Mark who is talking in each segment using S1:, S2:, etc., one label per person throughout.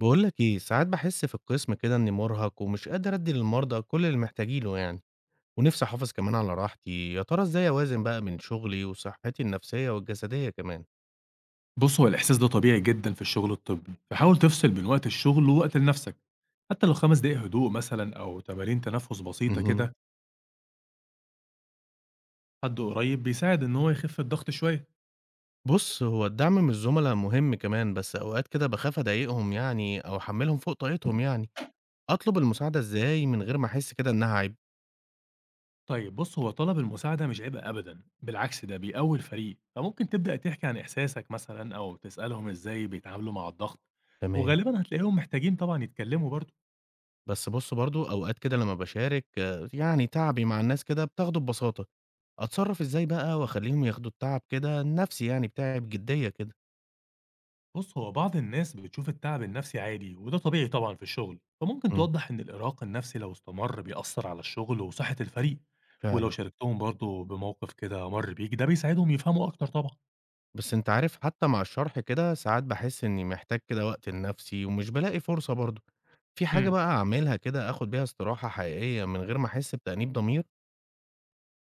S1: بقول لك ايه، ساعات بحس في القسم كده اني مرهق ومش قادر ادي للمرضى كل اللي محتاجينه يعني. ونفسي احافظ كمان على راحتي. يا ترى ازاي اوازن بقى بين شغلي وصحتي النفسية والجسدية كمان؟
S2: بُص، هو الإحساس ده طبيعي جدًا في الشغل الطبي، فحاول تفصل بين وقت الشغل ووقت لنفسك، حتى لو 5 دقايق هدوء مثلًا أو تمارين تنفس بسيطة
S1: مهم.
S2: كده، حد قريب بيساعد إن هو يخف الضغط شوية.
S1: بص، هو الدعم من الزملاء مهم كمان، بس اوقات كده بخاف اضايقهم يعني او احملهم فوق طاقتهم. يعني اطلب المساعدة ازاي من غير ما احس كده انها عيب؟
S2: طيب بُص، هو طلب المساعدة مش عيب أبدًا، بالعكس ده بيقوي الفريق، فممكن تبدأ تحكي عن إحساسك مثلًا أو تسألهم إزاي بيتعاملوا مع الضغط،
S1: تمام.
S2: وغالبًا هتلاقيهم محتاجين طبعًا يتكلموا برضه.
S1: بس بُص برضه، أوقات كده لمّا باشارك يعني تعبي مع الناس، كده بتاخده ببساطة، أتصرّف إزاي بقى وأخلّيهم ياخدوا التعب كده النفسي يعني بتاعي بجدية كده؟
S2: بص هو بعض الناس بتشوف التعب النفسي عادي وده طبيعي طبعا في الشغل، فممكن
S1: إمم.
S2: توضح ان الارهاق النفسي لو استمر بيأثر على الشغل وصحة الفريق، ولو
S1: فعلًا.
S2: شاركتهم برضه بموقف كده مر بيك ده بيساعدهم يفهموا اكتر طبعا.
S1: بس أنت عارف، حتى مع الشرح كده ساعات باحس إني محتاج كده وقت لنفسي ومش بالاقي فرصة برضه. في حاجة
S2: امم
S1: بقى أعملها كده آخد بيها استراحة حقيقية من غير ما أحس بتأنيب ضمير؟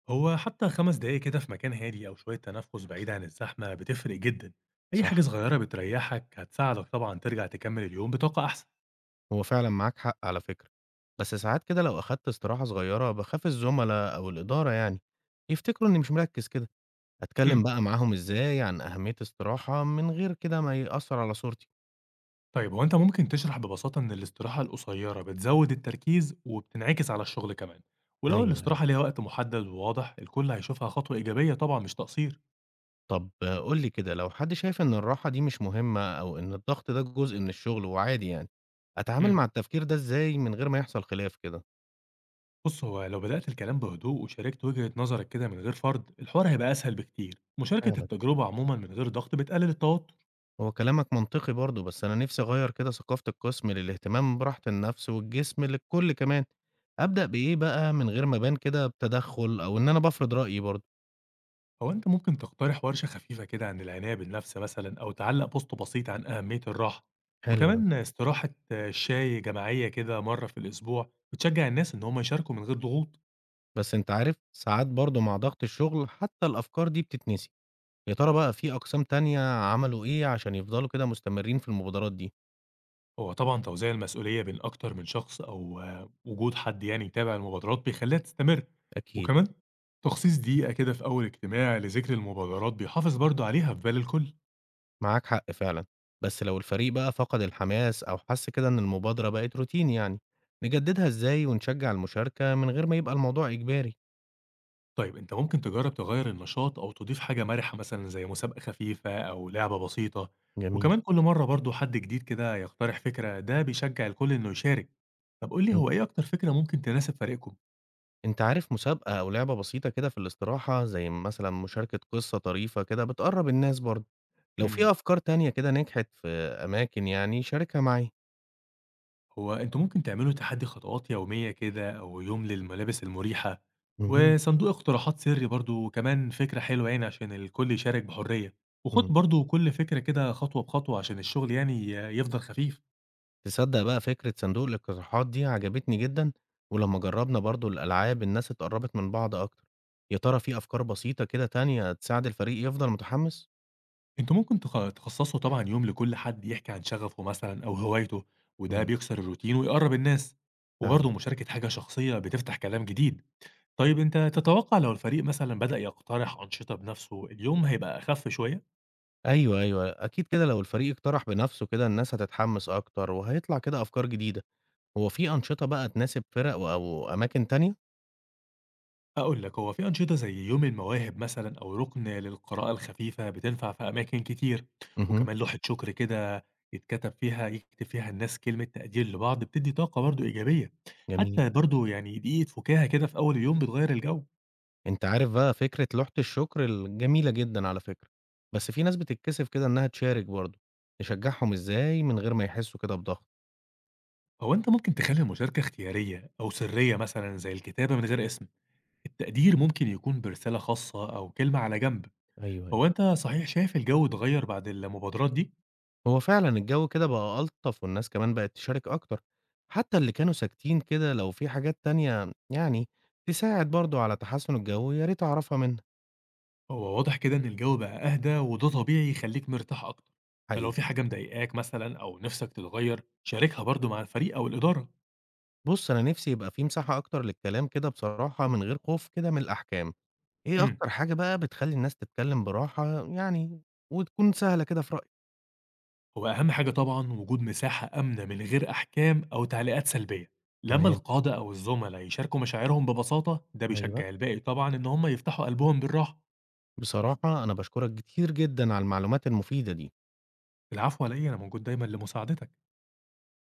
S2: هو حتى خمس دقايق كده في مكان هادي او شوية تنفس بعيد عن الزحمة بتفرق جدا، اي حاجة
S1: صح.
S2: صغيرة بتريحك هتساعدك طبعا ترجع تكمل اليوم بطاقة احسن.
S1: هو فعلًا معاك حق على فكرة. بس ساعات كده لو أخدت استراحة صغيرة باخاف الزملا أو الإدارة يعني يفتكروا إني مش مركّز كده. أتكلّم
S2: مم.
S1: بقى معاهم إزاي عن أهمية الصراحة من غير كده ما يأثّر على صورتي؟
S2: طيب هو أنت ممكن تشرح ببساطة إن الاستراحة القصيرة بتزود التركيز وبتنعكس على الشغل كمان، ولو
S1: أيوه، أيوه.
S2: الاستراحة ليها وقت محدد وواضح الكل هيشوفها خطوة إيجابية طبعا مش تقصير.
S1: طب قُل لي كده، لو حد شايف إن الراحة دي مش مهمة أو إن الضغط ده جزء من الشغل وعادي يعني، أتعامل
S2: امم
S1: مع التفكير ده إزاي من غير ما يحصل خلاف كده؟
S2: بص هو لو بدأت الكلام بهدوء وشاركت وجهة نظرك كده من غير فرض، الحوار هيبقى أسهل بكتير، مشاركة
S1: فعلًا.
S2: التجربة عموما من غير ضغط بتقلل التوتر.
S1: هو كلامك منطقي برضه، بس أنا نِفْسي أغيّر كده ثقافة القسم للاهتمام براحة النفس والجسم للكل كمان. أبدأ بإيه بقى من غير ما أبان كده بتدخُّل أو إن أنا بافرض رأيي برضه؟
S2: هو أنت ممكن تقترح ورشة خفيفة كده عن العناية بالنفس مثلا أو تعلق بوست بسيط عن أهمية الراحة،
S1: حلو ده.
S2: وكمان استراحة شاي جماعية كده مرة في الأسبوع بتشجع الناس إن هم يشاركوا من غير ضغوط.
S1: بس أنت عارف، ساعات برضه مع ضغط الشغل حتى الأفكار دي بتتنسي. يا ترى بقى في أقسام تانية عملوا إيه عشان يفضلوا كده مستمرين في المبادرات دي؟
S2: هو طبعًا توزيع المسؤولية بين أكتر من شخص أو وجود حد يعني يتابع المبادرات بيخلّيها تستمر،
S1: أكيد.
S2: وكمان تخصيص دقيقة كده في أول اجتماع لذكر المبادرات بيحافظ برضه عليها في بال الكل.
S1: معاك حق فعلا. بس لو الفريق بقى فقد الحماس أو حس كده إن المبادرة بقت روتين يعني، نجددها إزاي ونشجع المشاركة من غير ما يبقى الموضوع إجباري؟
S2: طيب أنت ممكن تجرّب تغيّر النشاط أو تضيف حاجة مَرِحة مثلًا زي مسابقة خفيفة أو لعبة بسيطة،
S1: جميل.
S2: وكمان كل مرّة برضه حد جديد كده يقترح فكرة، ده بيشجّع الكل إنه يشارك. طب قُل لي،
S1: إن-
S2: هو إيه أكتر فكرة ممكن تناسب فريقكم؟
S1: أنت عارف، مسابقة أو لعبة بسيطة كده في الاستراحة زي مثلا مشاركة قصة طريفة كده بتقرب الناس برضه. لو في
S2: إمم.
S1: أفكار تانية كده نجحت في أماكن يعني، شاركها معايا.
S2: هو انتوا ممكن تعملوا تحدي خطوات يومية كده أو يوم للملابس المريحة،
S1: مهم.
S2: وصندوق اقتراحات سري برضو كمان فكرة حلوة يعني عشان الكل يشارك بحرية، وخد
S1: مم.
S2: برضو كل فكرة كده خطوة بخطوة عشان الشغل يعني يفضل خفيف.
S1: تصدق بقى فكرة صندوق الاقتراحات دي عجبتني جدًا، ولمّا جرّبنا برضه الألعاب الناس اتقرّبت من بعض أكتر. يا ترى في أفكار بسيطة كده تانية تساعد الفريق يفضل متحمّس؟
S2: انتوا ممكن تخصصوا طبعا يوم لكل حد يحكي عن شغفه مثلا أو هوايته، وده
S1: إمم.
S2: بيكسر الروتين ويقرب الناس،
S1: فعلًا.
S2: وبرضه مشاركة حاجة شخصية بتفتح كلام جديد. طيب انت تتوقع لو الفريق مثلا بدأ يقترح أنشطة بنفسه اليوم هيبقى أخف شوية؟
S1: أيوه، أيوه، أكيد. كده لو الفريق اقترح بنَفْسه كده الناس هتتحمّس أكتر وهيطلع كده أفكار جديدة. هو في أنشطة بقى تناسب فرق و أو أماكن تانية؟
S2: هاقول لك، هو في أنشطة زي يوم المواهب مثلًا أو رُكن للقراءة الخفيفة بتنفع في أماكن كتير،
S1: اهم.
S2: وكمان لوحة شكر كده يتكتب فيها يكتب فيها الناس كلمة تقدير لبعض بتدّي طاقة برضه إيجابية،
S1: جميل.
S2: حتى برضه يعني دقيقة فكاهة كده في أول اليوم بتغيّر الجو.
S1: أنت عارف بقى فكرة لوحة الشكر ال جميلة جدًا على فكرة، بس في ناس بتتكسف كده إنّها تشارك برضه. نشجّعهم إزاي من غير ما يحسّوا كده بضغط؟
S2: هو أنت ممكن تخلّي المشاركة اختيارية أو سرية مثلًا زي الكتابة من غير اسم، التقدير ممكن يكون برسالة خاصة أو كلمة على جنب.
S1: أيوه، أيوه.
S2: هو أنت صحيح شايف الجو اتغيّر بعد المبادرات دي؟
S1: هو فعلًا الجو كده بقى ألطف والناس كمان بقت تشارك أكتر. حتى اللي كانوا ساكتين كده، لو في حاجات تانية يعني تساعد برضه على تحسُّن الجو يا ريت أعرفها منها.
S2: هو واضح كده إن الجو بقى أهدى وده طبيعي يخليك مرتاح أكتر، فلو
S1: حقيقي.
S2: في حاجة مضايقاك مثلا أو نفسك تتغير شاركها برضو مع الفريق أو الإدارة.
S1: بُص، أنا نِفْسي يبقى في مساحة أكتر للكلام كده بصراحة من غير خوف كده من الأحكام. إيه
S2: امم
S1: أكتر حاجة بقى بتخلّي الناس تتكلّم براحة يعني وتكون سهلة كده في رأيك؟
S2: هو أهم حاجة طبعا وجود مساحة آمنة من غير أحكام أو تعليقات سلبية، لما
S1: تمام،
S2: القادة أو الزملاء يشاركوا مشاعرهم ببساطة ده
S1: أيوه.
S2: بيشجع الباقي طبعا إن هم يفتحوا قلبهم بالراحة.
S1: بصراحة أنا باشكرك كتير جدًا على المعلومات المفيدة دي.
S2: العفو، علي إيه؟ أنا موجود دايما لمساعدتك.